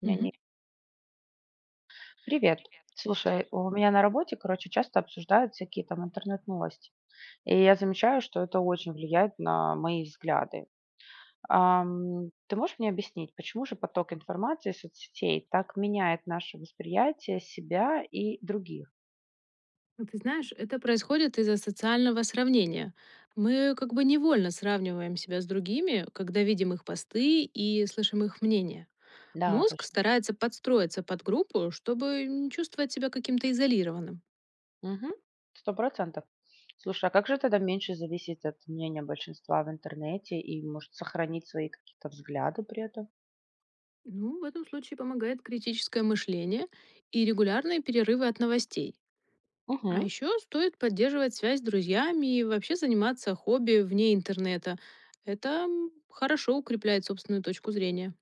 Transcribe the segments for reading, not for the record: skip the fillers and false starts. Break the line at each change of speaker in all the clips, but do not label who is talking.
Меня
Мгм.
не Привет.
Привет.
Слушай, у меня на работе, короче, часто обсуждают всякие там интернет-новости. И я замечаю, что это очень влияет на мои взгляды. Ты можешь мне объяснить, почему же поток информации из соцсетей так меняет наше восприятие себя и других?
Ну, ты знаешь, это происходит из-за социального сравнения. Мы как бы невольно сравниваем себя с другими, когда видим их посты и слышим их мнение.
Да,
Мозг
точно.
старается подстроиться под группу, чтобы не чувствовать себя каким-то изолированным.
Мгм. Сто процентов. Слушай, а как же тогда меньше зависеть от мнения большинства в интернете и, может, сохранить свои какие-то взгляды при этом?
Ну, в этом случае помогает критическое мышление и регулярные перерывы от новостей. А
Мгм.
еще стоит поддерживать связь с друзьями и вообще заниматься хобби вне интернета. Это хорошо укрепляет собственную точку зрения.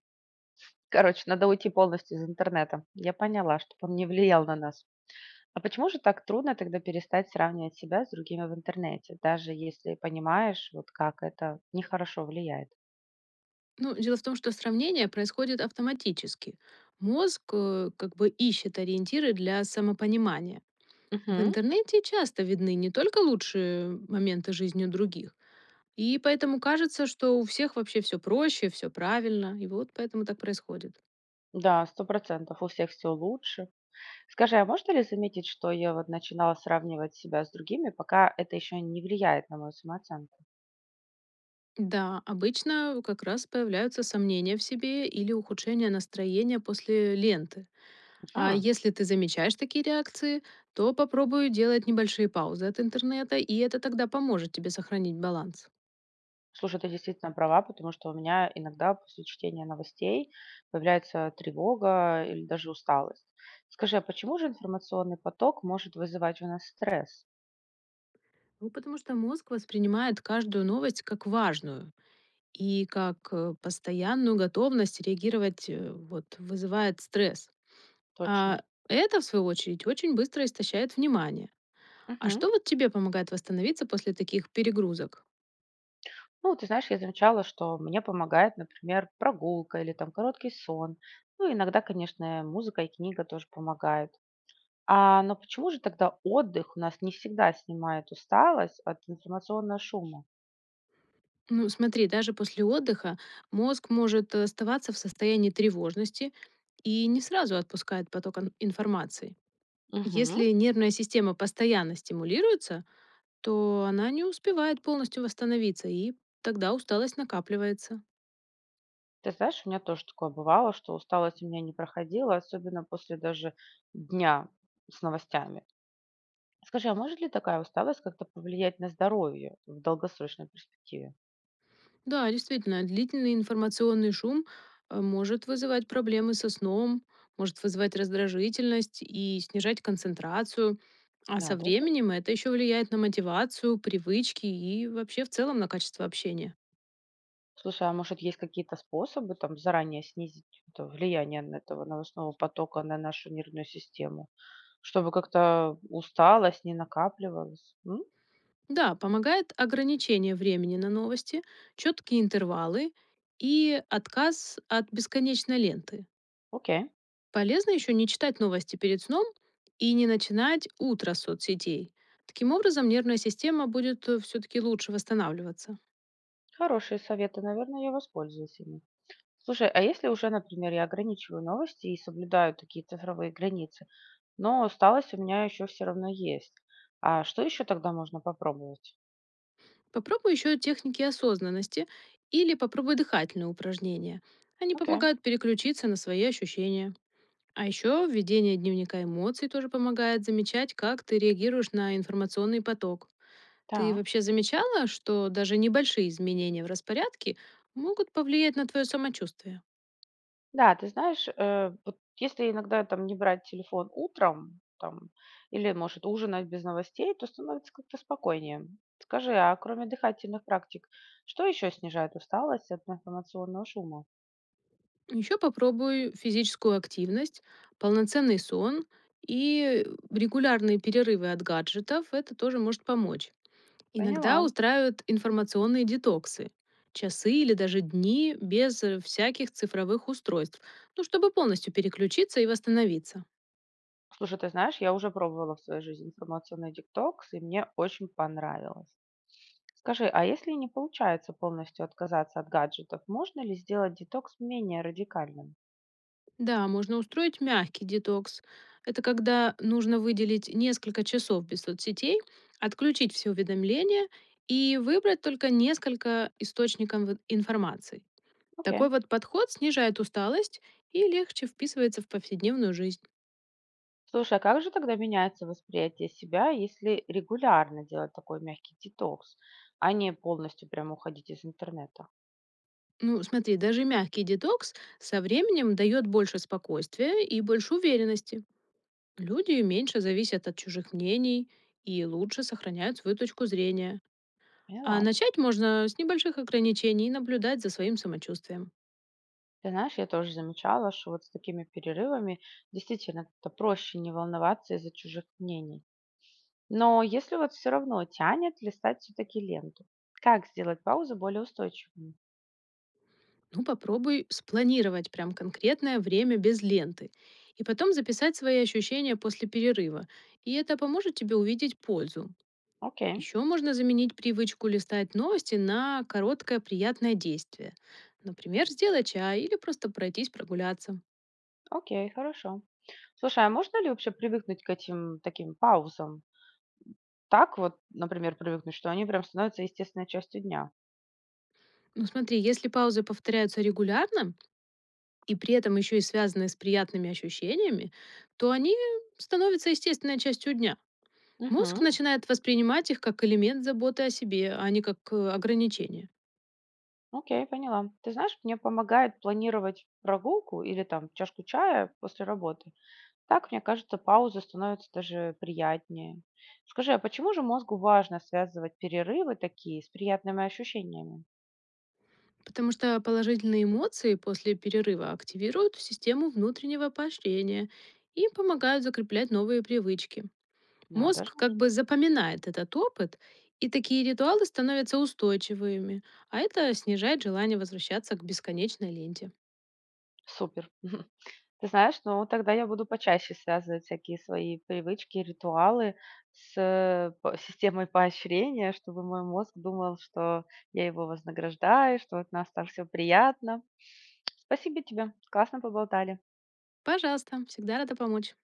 Короче, надо уйти полностью из интернета. Я поняла, чтоб он не влиял на нас. А почему же так трудно тогда перестать сравнивать себя с другими в интернете, даже если понимаешь, вот как это нехорошо влияет?
Ну, дело в том, что сравнение происходит автоматически. Мозг как бы ищет ориентиры для самопонимания. В
Мгм.
интернете часто видны не только лучшие моменты жизни других, и поэтому кажется, что у всех вообще все проще, все правильно, и вот поэтому так происходит.
Да, сто процентов. У всех все лучше. Скажи, а можно ли заметить, что я вот начинала сравнивать себя с другими, пока это еще не влияет на мою самооценку?
Да, обычно как раз появляются сомнения в себе или ухудшение настроения после ленты. А
Мгм.
если ты замечаешь такие реакции, то попробуй делать небольшие паузы от интернета, и это тогда поможет тебе сохранить баланс.
Слушай, ты действительно права, потому что у меня иногда после чтения новостей появляется тревога или даже усталость. Скажи, а почему же информационный поток может вызывать у нас стресс?
Ну, потому что мозг воспринимает каждую новость как важную и как постоянную готовность реагировать, вот, вызывает стресс.
Точно.
А это, в свою очередь, очень быстро истощает внимание. А
Мгм.
что вот тебе помогает восстановиться после таких перегрузок?
Ну, ты знаешь, я замечала, что мне помогает, например, прогулка или там короткий сон. Ну, иногда, конечно, музыка и книга тоже помогают. А, но почему же тогда отдых у нас не всегда снимает усталость от информационного шума?
Ну, смотри, даже после отдыха мозг может оставаться в состоянии тревожности и не сразу отпускает поток информации.
Мгм.
Если нервная система постоянно стимулируется, то она не успевает полностью восстановиться, и тогда усталость накапливается.
Ты знаешь, у меня тоже такое бывало, что усталость у меня не проходила, особенно после даже дня с новостями. Скажи, а может ли такая усталость как-то повлиять на здоровье в долгосрочной перспективе?
Да, действительно, длительный информационный шум может вызывать проблемы со сном, может вызывать раздражительность и снижать концентрацию. А
Да,
со
даже.
временем это еще влияет на мотивацию, привычки и вообще в целом на качество общения.
Слушай, а может есть какие-то способы там заранее снизить это влияние на этого новостного потока на нашу нервную систему, чтобы как-то усталость не накапливалась? М?
Да, помогает ограничение времени на новости, четкие интервалы и отказ от бесконечной ленты.
Окей.
Полезно еще не читать новости перед сном и не начинать утро с соцсетей. Таким образом, нервная система будет все-таки лучше восстанавливаться.
Хорошие советы, наверное, я воспользуюсь ими. Слушай, а если уже, например, я ограничиваю новости и соблюдаю такие цифровые границы, но усталость у меня еще все равно есть, а что еще тогда можно попробовать?
Попробуй еще техники осознанности или попробуй дыхательные упражнения. Они
Окей,
помогают переключиться на свои ощущения. А еще введение дневника эмоций тоже помогает замечать, как ты реагируешь на информационный поток. Ты
так.
вообще замечала, что даже небольшие изменения в распорядке могут повлиять на твое самочувствие?
Да, ты знаешь, вот если иногда там не брать телефон утром, там, или, может, ужинать без новостей, то становится как-то спокойнее. Скажи, а кроме дыхательных практик, что еще снижает усталость от информационного шума?
Еще попробуй физическую активность, полноценный сон и регулярные перерывы от гаджетов. Это тоже может помочь. Иногда
Поняла.
устраивают информационные детоксы. Часы или даже дни без всяких цифровых устройств. Ну, чтобы полностью переключиться и восстановиться.
Слушай, ты знаешь, я уже пробовала в своей жизни информационный диктокс и мне очень понравилось. Скажи, а если не получается полностью отказаться от гаджетов, можно ли сделать детокс менее радикальным?
Да, можно устроить мягкий детокс. Это когда нужно выделить несколько часов без соцсетей, отключить все уведомления и выбрать только несколько источников информации.
Окей.
Такой вот подход снижает усталость и легче вписывается в повседневную жизнь.
Слушай, а как же тогда меняется восприятие себя, если регулярно делать такой мягкий детокс, а не полностью прямо уходить из интернета?
Ну, смотри, даже мягкий детокс со временем дает больше спокойствия и больше уверенности. Люди меньше зависят от чужих мнений и лучше сохраняют свою точку зрения. А
Поняла.
начать можно с небольших ограничений и наблюдать за своим самочувствием.
Ты знаешь, я тоже замечала, что вот с такими перерывами действительно как-то проще не волноваться из-за чужих мнений. Но если вот все равно тянет листать все-таки ленту, как сделать паузу более устойчивыми?
Ну, попробуй спланировать прям конкретное время без ленты и потом записать свои ощущения после перерыва. И это поможет тебе увидеть пользу.
Окей,
Еще можно заменить привычку листать новости на короткое приятное действие. Например, сделать чай или просто пройтись прогуляться.
окей, хорошо. Слушай, а можно ли вообще привыкнуть к этим таким паузам? Так вот, например, привыкнуть, что они прям становятся естественной частью дня.
Ну, смотри, если паузы повторяются регулярно и при этом еще и связаны с приятными ощущениями, то они становятся естественной частью дня. Мозг
Угу,
начинает воспринимать их как элемент заботы о себе, а не как ограничение.
окей, поняла. Ты знаешь, мне помогает планировать прогулку или там чашку чая после работы. Так, мне кажется, пауза становится даже приятнее. Скажи, а почему же мозгу важно связывать перерывы такие с приятными ощущениями?
Потому что положительные эмоции после перерыва активируют систему внутреннего поощрения и помогают закреплять новые привычки.
А даже
Мозг как бы запоминает этот опыт, и такие ритуалы становятся устойчивыми, а это снижает желание возвращаться к бесконечной ленте.
супер. Ты знаешь, ну тогда я буду почаще связывать всякие свои привычки, ритуалы с системой поощрения, чтобы мой мозг думал, что я его вознаграждаю, что от нас так все приятно. Спасибо тебе, классно поболтали.
Пожалуйста, всегда рада помочь.